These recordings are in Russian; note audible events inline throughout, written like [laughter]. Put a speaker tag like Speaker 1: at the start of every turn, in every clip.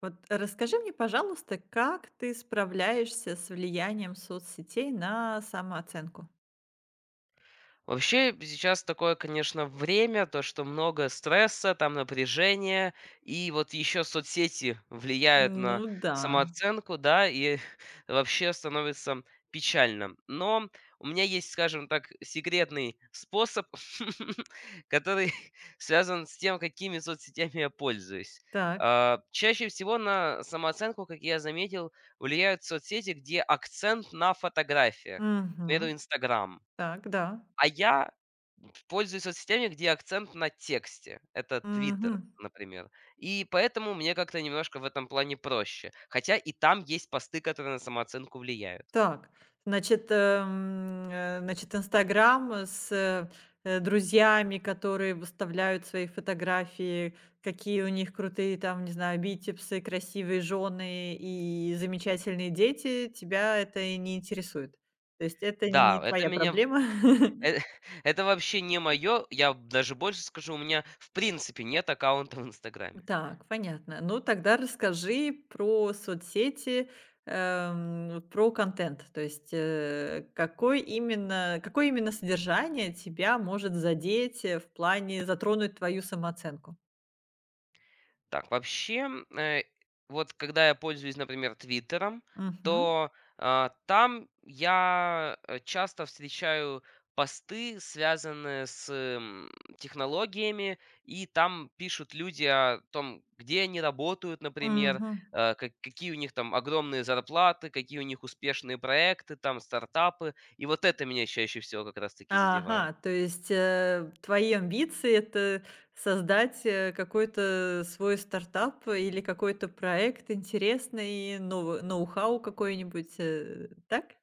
Speaker 1: Расскажи мне, пожалуйста, как ты справляешься с влиянием соцсетей на самооценку?
Speaker 2: Вообще, сейчас такое, конечно, время, то, что много стресса, там напряжения, и вот еще соцсети влияют
Speaker 1: Ну
Speaker 2: на
Speaker 1: да.
Speaker 2: самооценку, да, и [laughs] вообще становится печально. Но у меня есть, скажем так, секретный способ, [laughs] который [laughs] связан с тем, какими соцсетями я пользуюсь.
Speaker 1: Так.
Speaker 2: Чаще всего на самооценку, как я заметил, влияют соцсети, где акцент на фотографиях. К примеру,
Speaker 1: Мгм.
Speaker 2: Инстаграм.
Speaker 1: Так, да.
Speaker 2: А я пользуюсь соцсетями, где акцент на тексте. Это "Твиттер",
Speaker 1: Мгм.
Speaker 2: например. И поэтому мне как-то немножко в этом плане проще. Хотя и там есть посты, которые на самооценку влияют.
Speaker 1: Так, значит, "Инстаграм", друзьями, которые выставляют свои фотографии, какие у них крутые там, не знаю, бицепсы, красивые жены и замечательные дети, тебя это и не интересует. То есть это
Speaker 2: Да,
Speaker 1: не
Speaker 2: это
Speaker 1: твоя
Speaker 2: меня
Speaker 1: проблема.
Speaker 2: э,
Speaker 1: [laughs]
Speaker 2: [laughs] это вообще не мое. Я даже больше скажу, у меня в принципе нет аккаунта в "Инстаграме".
Speaker 1: Так, понятно. Ну, тогда расскажи про соцсети, про контент. То есть какое именно содержание тебя может задеть, в плане затронуть твою самооценку?
Speaker 2: Так, вообще, э, вот когда я пользуюсь, например, "Твиттером",
Speaker 1: Мгм.
Speaker 2: то там я часто встречаю посты, связанные с технологиями, и там пишут люди о том, где они работают, например,
Speaker 1: Мгм.
Speaker 2: э, ка какие у них там огромные зарплаты, какие у них успешные проекты, там стартапы. И вот это меня чаще всего как раз таки задевает.
Speaker 1: Ага, то есть, твои амбиции — это создать какой-то свой стартап или какой-то проект интересный, ноу-хау какой-нибудь, так?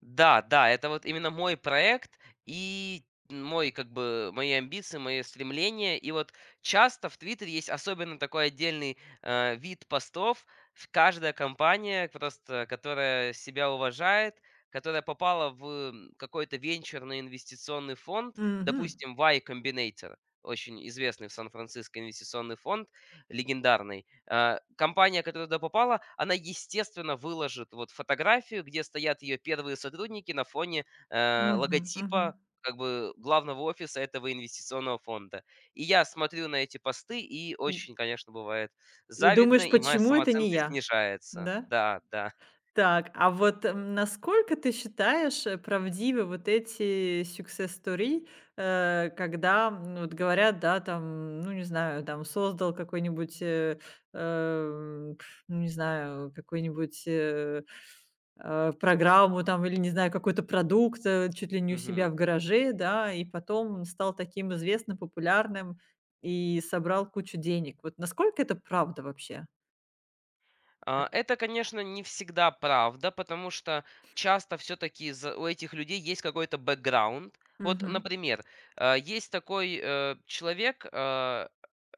Speaker 2: Да, да, это вот именно мой проект и мой, как бы, мои амбиции, мои стремления. И вот часто в Твиттере есть особенно такой отдельный вид постов. Каждая компания, просто, которая себя уважает, которая попала в какой-то венчурный инвестиционный фонд,
Speaker 1: Мгм.
Speaker 2: допустим, Y Combinator, очень известный в Сан-Франциско инвестиционный фонд, легендарный. Компания, которая туда попала, она, естественно, выложит вот фотографию, где стоят ее первые сотрудники на фоне
Speaker 1: Мгм, мгм.
Speaker 2: логотипа как бы главного офиса этого инвестиционного фонда. И я смотрю на эти посты, и
Speaker 1: М.
Speaker 2: очень, конечно, бывает
Speaker 1: И
Speaker 2: завидно,
Speaker 1: думаешь,
Speaker 2: и моя
Speaker 1: почему это не
Speaker 2: самооценка
Speaker 1: я,
Speaker 2: снижается.
Speaker 1: да?
Speaker 2: Да, да.
Speaker 1: Так, а насколько ты считаешь, правдивы вот эти success story, когда, вот говорят, да, там, ну, не знаю, там, создал ну, не знаю, какой-нибудь, программу там или, не знаю, какой-то продукт, чуть ли не у себя
Speaker 2: Мгм.
Speaker 1: в гараже, да, и потом стал таким известным, популярным и собрал кучу денег. Вот насколько это правда вообще?
Speaker 2: Это, конечно, не всегда правда, потому что часто все-таки у этих людей есть какой-то бэкграунд. Вот,
Speaker 1: Мгм.
Speaker 2: например, есть такой человек,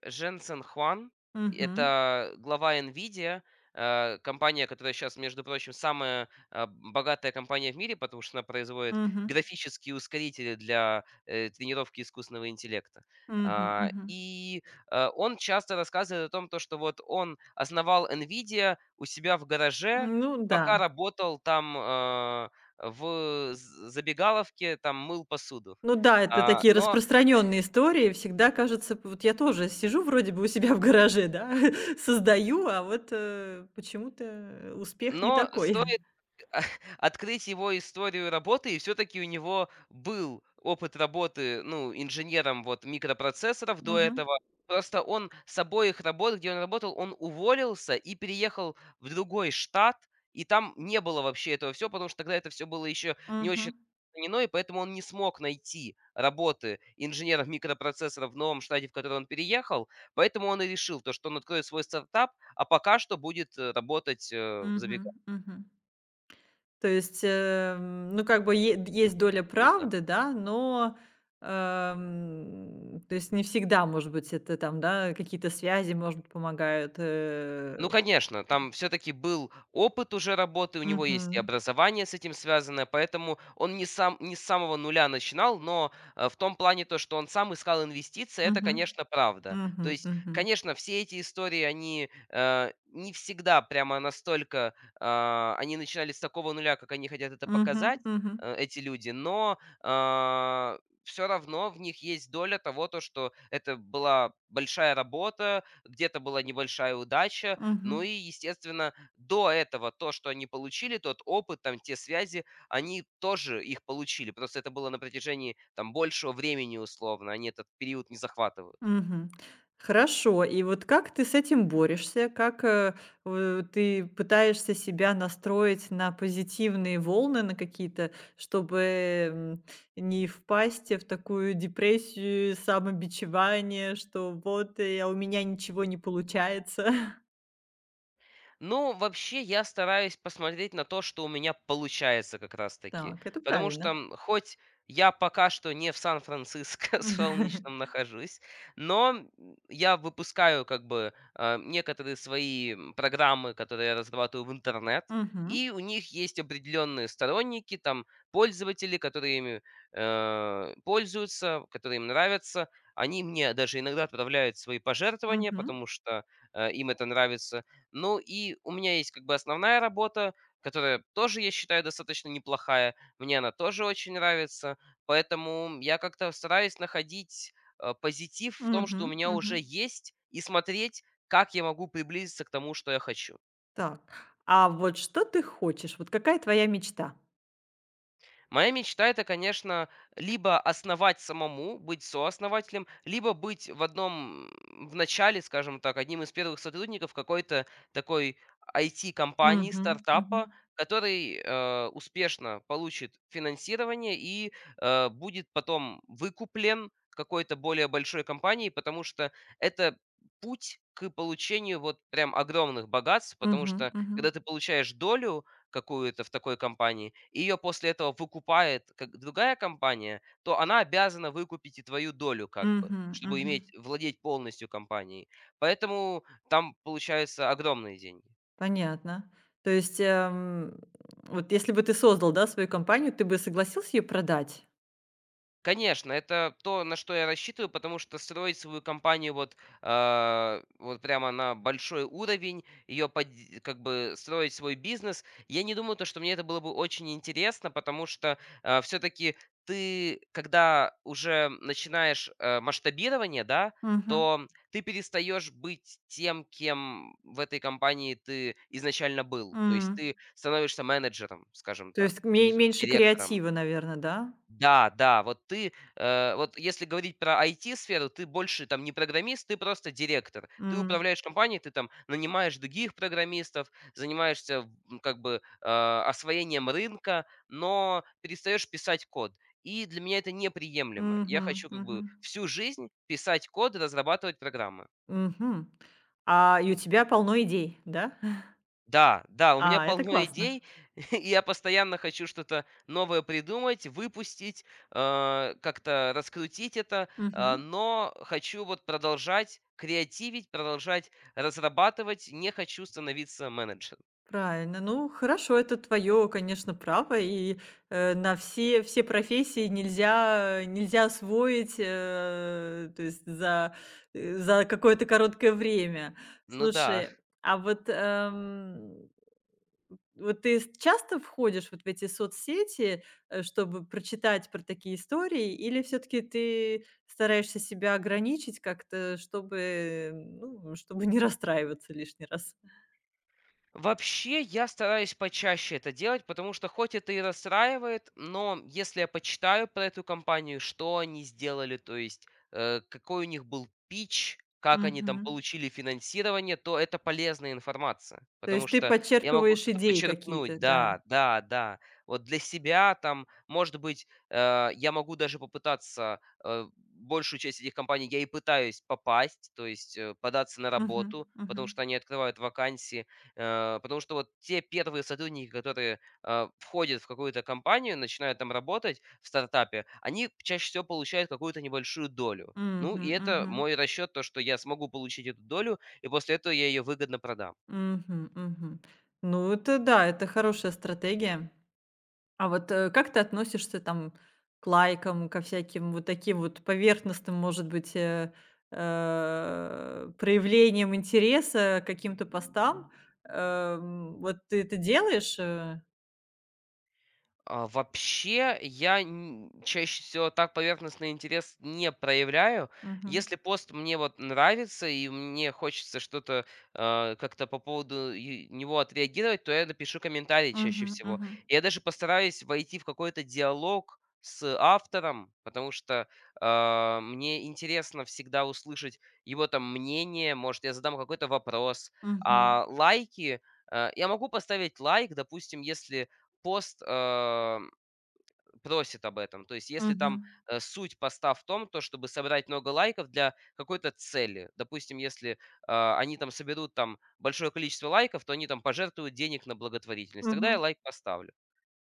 Speaker 2: Jensen Хуан,
Speaker 1: Мгм.
Speaker 2: это глава NVIDIA, компания, которая сейчас, между прочим, самая богатая компания в мире, потому что она производит
Speaker 1: Мгм.
Speaker 2: графические ускорители для тренировки искусственного интеллекта.
Speaker 1: Мгм,
Speaker 2: А,
Speaker 1: мгм.
Speaker 2: И э, он часто рассказывает о том, то, что вот он основал Nvidia у себя в гараже,
Speaker 1: Ну да.
Speaker 2: пока работал там, в з забегаловке, там мыл посуду.
Speaker 1: Ну да, это
Speaker 2: А,
Speaker 1: такие распространенные истории. Всегда кажется, п вот я тоже сижу вроде бы у себя в гараже, да, [laughs] создаю, а вот, почему-то успех не
Speaker 2: но
Speaker 1: такой.
Speaker 2: сто [laughs] открыть его историю работы, и все-таки у него был опыт работы, ну, инженером вот микропроцессоров до
Speaker 1: Мгм,
Speaker 2: этого. Просто он с обоих работ, где он работал, он уволился и переехал в другой штат, и там не было вообще этого всего, потому что тогда это все было еще не очень
Speaker 1: мгм,
Speaker 2: распространено, и поэтому он не смог найти работы инженеров микропроцессоров в новом штате, в который он переехал, поэтому он и решил, то, что он откроет свой стартап, а пока что будет работать в
Speaker 1: мгм,
Speaker 2: забегаловке.
Speaker 1: мгм. То есть, ну, как бы е есть доля правды, да, но, то есть не всегда, может быть, это там, да, какие-то связи, может быть, помогают.
Speaker 2: Ну, конечно, там все-таки был опыт уже работы, у него есть и
Speaker 1: Мгм,
Speaker 2: образование с этим связанное, поэтому он не, сам, не с самого нуля начинал, но в том плане то, что он сам искал инвестиции, это,
Speaker 1: мгм,
Speaker 2: конечно, правда. То
Speaker 1: мгм,
Speaker 2: есть,
Speaker 1: мгм.
Speaker 2: конечно, все эти истории, они не всегда прямо настолько, они начинали с такого нуля, как они хотят это
Speaker 1: Мгм,
Speaker 2: показать,
Speaker 1: мгм,
Speaker 2: эти люди, но все равно в них есть доля того, то, что это была большая работа, где-то была небольшая удача, ну и,
Speaker 1: мгм,
Speaker 2: естественно, до этого то, что они получили, тот опыт, там, те связи, они тоже их получили. Просто это было на протяжении, там, большего времени условно. Они этот период не захватывают.
Speaker 1: мгм. Хорошо. И вот как ты с этим борешься? Как, ты пытаешься себя настроить на позитивные волны, на какие-то, чтобы, м, не впасть в такую депрессию, самобичевание, что вот, а у меня ничего не получается. [laughs]
Speaker 2: Ну, вообще, я стараюсь посмотреть на то, что у меня получается как раз-таки.
Speaker 1: Так, это
Speaker 2: Потому что,
Speaker 1: правильно.
Speaker 2: хоть я пока что не в Сан-Франциско [laughs] солнечном
Speaker 1: [laughs]
Speaker 2: нахожусь, но я выпускаю как бы некоторые свои программы, которые я разрабатываю в интернет,
Speaker 1: Мгм,
Speaker 2: и у них есть определенные сторонники, там, пользователи, которые ими пользуются, которые им нравятся. Они мне даже иногда отправляют свои пожертвования,
Speaker 1: мгм,
Speaker 2: потому что им это нравится. Ну и у меня есть как бы основная работа, которая тоже, я считаю, достаточно неплохая. Мне она тоже очень нравится. Поэтому я как-то стараюсь находить позитив в том, что
Speaker 1: мгм,
Speaker 2: у меня
Speaker 1: мгм.
Speaker 2: уже есть, и смотреть, как я могу приблизиться к тому, что я хочу.
Speaker 1: Так, а вот что ты хочешь? Вот какая твоя мечта?
Speaker 2: Моя мечта- это, конечно, либо основать самому, быть сооснователем, либо быть в в начале, скажем так, одним из первых сотрудников какой-то такой IT-компании,
Speaker 1: Мгм, мгм,
Speaker 2: стартапа, который успешно получит финансирование и будет потом выкуплен какой-то более большой компанией, потому что это путь к получению вот прям огромных богатств, потому
Speaker 1: мгм,
Speaker 2: что
Speaker 1: мгм,
Speaker 2: когда ты получаешь долю, какую-то в такой компании, и ее после этого выкупает как другая компания, то она обязана выкупить и твою долю как бы,
Speaker 1: мгм,
Speaker 2: чтобы
Speaker 1: мгм.
Speaker 2: иметь, владеть полностью компанией. Поэтому там получаются огромные деньги.
Speaker 1: Понятно. То есть, вот если бы ты создал, да, свою компанию, ты бы согласился ее продать?
Speaker 2: Конечно, это то, на что я рассчитываю, потому что строить свою компанию вот, вот прямо на большой уровень, как бы строить свой бизнес, я не думаю, то, что мне это было бы очень интересно, потому что все-таки ты, когда уже начинаешь масштабирование, да,
Speaker 1: Мгм,
Speaker 2: то ты перестаешь быть тем, кем в этой компании ты изначально был. То есть
Speaker 1: м.
Speaker 2: ты становишься менеджером, скажем
Speaker 1: То
Speaker 2: так,
Speaker 1: есть
Speaker 2: ты ну,
Speaker 1: ме меньше
Speaker 2: директором.
Speaker 1: креатива, наверное, да?
Speaker 2: Да, да, вот ты, вот если говорить про IT-сферу, ты больше там не программист, ты просто директор. Ты
Speaker 1: М,
Speaker 2: управляешь компанией, ты там нанимаешь других программистов, занимаешься как бы освоением рынка, но перестаешь писать код. И для меня это неприемлемо. Я
Speaker 1: мгм,
Speaker 2: хочу как
Speaker 1: мгм,
Speaker 2: бы всю жизнь писать код и разрабатывать программы.
Speaker 1: мгм. А, и у тебя полно идей, да? [laughs]
Speaker 2: Да, да, у меня
Speaker 1: А, это
Speaker 2: полно
Speaker 1: классно.
Speaker 2: идей, [laughs] и я постоянно хочу что-то новое придумать, выпустить, как-то раскрутить это, но хочу вот продолжать креативить, продолжать разрабатывать, не хочу становиться менеджером.
Speaker 1: Правильно. Ну, хорошо, это твое, конечно, право. И на все профессии нельзя, нельзя освоить, то есть за, за какое-то короткое время.
Speaker 2: Ну да.
Speaker 1: Слушай, а вот, вот ты часто входишь вот в эти соцсети, чтобы прочитать про такие истории, или все-таки ты стараешься себя ограничить как-то, чтобы, ну, чтобы не расстраиваться лишний раз?
Speaker 2: Вообще, я стараюсь почаще это делать, потому что хоть это и расстраивает, но если я почитаю про эту компанию, что они сделали, то есть какой у них был пич, как они там
Speaker 1: Мгм.
Speaker 2: получили финансирование, то это полезная информация,
Speaker 1: То
Speaker 2: потому
Speaker 1: есть ты
Speaker 2: что я могу
Speaker 1: подчерпываешь
Speaker 2: что-то
Speaker 1: идеи
Speaker 2: почерпнуть,
Speaker 1: какие-то,
Speaker 2: да,
Speaker 1: да.
Speaker 2: да, да. Вот для себя там, может быть, я могу даже попытаться, большую часть этих компаний я и пытаюсь попасть, то есть податься на
Speaker 1: Мгм,
Speaker 2: работу,
Speaker 1: мгм.
Speaker 2: потому что они открывают вакансии. Потому что вот те первые сотрудники, которые входят в какую-то компанию, начинают там работать в стартапе, они чаще всего получают какую-то небольшую долю. Ну, и
Speaker 1: Мгм,
Speaker 2: это
Speaker 1: мгм.
Speaker 2: мой расчет, то, что я смогу получить эту долю, и после этого я ее выгодно продам.
Speaker 1: Мгм, мгм. Ну, это да, это хорошая стратегия. А вот, как ты относишься там к лайкам, ко всяким вот таким вот поверхностным, может быть, проявлениям интереса к каким-то постам? Вот ты это делаешь?
Speaker 2: Вообще, я н чаще всего так поверхностный интерес не проявляю.
Speaker 1: Мгм.
Speaker 2: Если пост мне вот нравится и мне хочется что-то, как-то по поводу и него отреагировать, то я напишу комментарий чаще
Speaker 1: Мгм,
Speaker 2: всего.
Speaker 1: мгм.
Speaker 2: Я даже постараюсь войти в какой-то диалог с автором, потому что, мне интересно всегда услышать его там мнение, может, я задам какой-то вопрос.
Speaker 1: Мгм,
Speaker 2: А лайки, я могу поставить лайк, допустим, если пост просит об этом. То есть если там,
Speaker 1: мгм,
Speaker 2: суть поста в том, то чтобы собрать много лайков для какой-то цели. Допустим, если они там соберут там большое количество лайков, то они там пожертвуют денег на благотворительность. Тогда я
Speaker 1: мгм.
Speaker 2: лайк поставлю.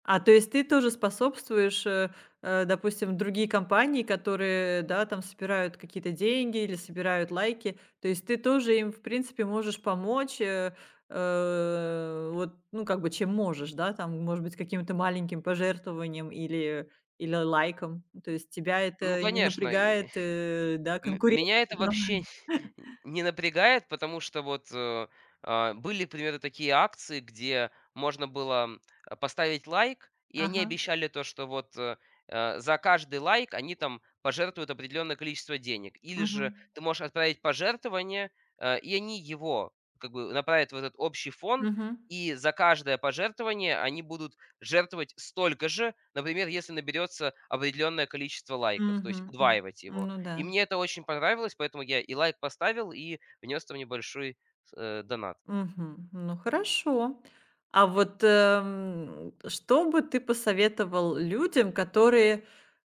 Speaker 1: А, то есть ты тоже способствуешь, допустим, другие компании, которые, да, там собирают какие-то деньги или собирают лайки. То есть ты тоже им, в принципе, можешь помочь, вот, ну, как бы чем можешь, да, там, может быть, каким-то маленьким пожертвованием или, или лайком. То есть тебя
Speaker 2: Ну,
Speaker 1: это не
Speaker 2: конечно.
Speaker 1: напрягает, да, конкуренция.
Speaker 2: Меня это вообще [laughs] не напрягает, потому что вот, были, к примеру, такие акции, где можно было, поставить лайк, и они
Speaker 1: Ага.
Speaker 2: обещали то, что вот, за каждый лайк они там пожертвуют определенное количество денег. Или же
Speaker 1: Мгм.
Speaker 2: ты можешь отправить пожертвование, и они его как бы направят в этот общий фонд,
Speaker 1: Мгм.
Speaker 2: и за каждое пожертвование они будут жертвовать столько же, например, если наберется определенное количество лайков, то есть
Speaker 1: Мгм. М.
Speaker 2: удваивать его.
Speaker 1: Ну да.
Speaker 2: И мне это очень понравилось, поэтому я и лайк поставил, и внес там небольшой, донат.
Speaker 1: Мгм. Ну, хорошо. А вот, что бы ты посоветовал людям, которые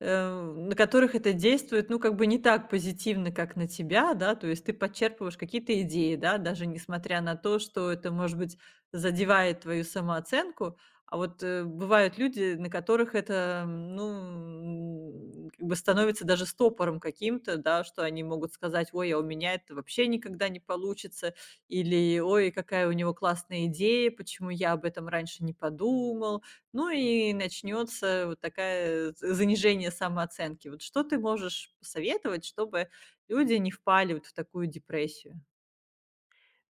Speaker 1: на которых это действует, ну, как бы не так позитивно, как на тебя, да, то есть ты подчерпываешь какие-то идеи, да, даже несмотря на то, что это, может быть, задевает твою самооценку, а вот бывают люди, на которых это, ну, как бы становится даже стопором каким-то, да, что они могут сказать, ой, а у меня это вообще никогда не получится, или, ой, какая у него классная идея, почему я об этом раньше не подумал, ну и начнется вот такая з занижение самооценки. Вот что ты можешь посоветовать, чтобы люди не впали вот в такую депрессию?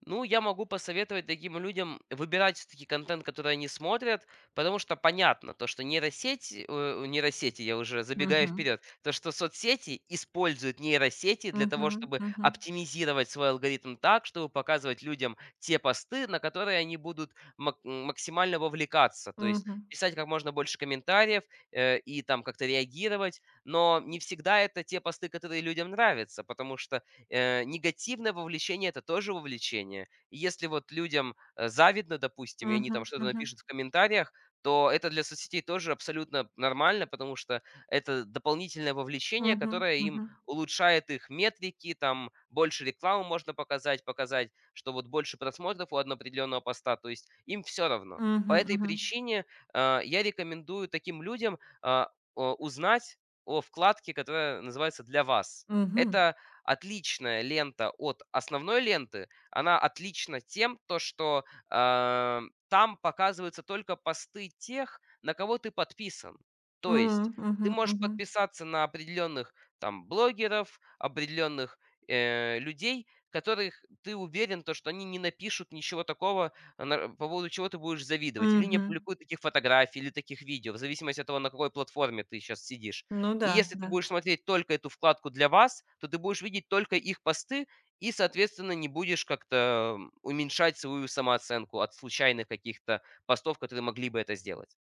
Speaker 2: Ну, я могу посоветовать таким людям выбирать все-таки контент, который они смотрят, потому что понятно, то, что нейросети, я уже забегаю
Speaker 1: Мгм.
Speaker 2: вперед, то, что соцсети используют нейросети для того,
Speaker 1: Мгм.
Speaker 2: чтобы
Speaker 1: Мгм.
Speaker 2: оптимизировать свой алгоритм так, чтобы показывать людям те посты, на которые они будут максимально вовлекаться, то есть
Speaker 1: Мгм.
Speaker 2: писать как можно больше комментариев и там как-то реагировать, но не всегда это те посты, которые людям нравятся, потому что негативное вовлечение- это тоже вовлечение. И если вот людям завидно, допустим, и они там
Speaker 1: Мгм.
Speaker 2: что-то
Speaker 1: Мгм.
Speaker 2: напишут в комментариях, то это для соцсетей тоже абсолютно нормально, потому что это дополнительное вовлечение,
Speaker 1: Мгм.
Speaker 2: которое им
Speaker 1: Мгм.
Speaker 2: улучшает их метрики, там больше рекламы можно показать, показать, что вот больше просмотров у одного определенного поста, то есть им все равно. По
Speaker 1: Мгм.
Speaker 2: этой
Speaker 1: Мгм.
Speaker 2: причине, я рекомендую таким людям, а, о узнать о вкладке, которая называется "Для вас".
Speaker 1: Мгм.
Speaker 2: Это отличная лента от основной ленты, она отлична тем, то что, а, там показываются только посты тех, на кого ты подписан. То есть
Speaker 1: М.
Speaker 2: ты
Speaker 1: Мгм.
Speaker 2: можешь
Speaker 1: Мгм.
Speaker 2: подписаться на определенных там блогеров, определенных, людей, которых ты уверен, то что они не напишут ничего такого, э, на по поводу чего ты будешь завидовать, или не
Speaker 1: Мгм.
Speaker 2: опубликуют таких фотографий или таких видео, в зависимости от того, на какой платформе ты сейчас сидишь.
Speaker 1: Ну
Speaker 2: И
Speaker 1: да,
Speaker 2: если ты
Speaker 1: да.
Speaker 2: будешь смотреть только эту вкладку для вас, то ты будешь видеть только их посты и, соответственно, не будешь как-то уменьшать свою самооценку от случайных каких-то постов, которые могли бы это сделать.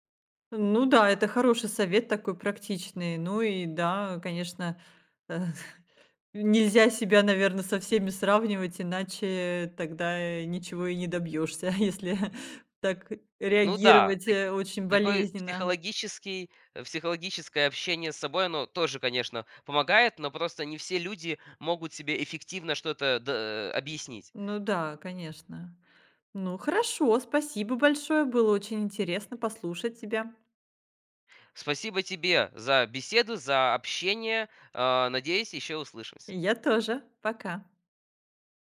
Speaker 1: Ну да, это хороший совет такой практичный. Ну и да, конечно, [laughs] нельзя себя, наверное, со всеми сравнивать, иначе тогда, ничего и не добьешься, [laughs] если так
Speaker 2: Ну да,
Speaker 1: реагировать, очень
Speaker 2: такой
Speaker 1: болезненно.
Speaker 2: психологическое общение с собой, оно тоже, конечно, помогает, но просто не все люди могут себе эффективно что-то объяснить.
Speaker 1: Ну да, конечно. Ну, хорошо, спасибо большое, было очень интересно послушать тебя.
Speaker 2: Спасибо тебе за беседу, за общение. Надеюсь, еще услышимся.
Speaker 1: И я тоже. Пока.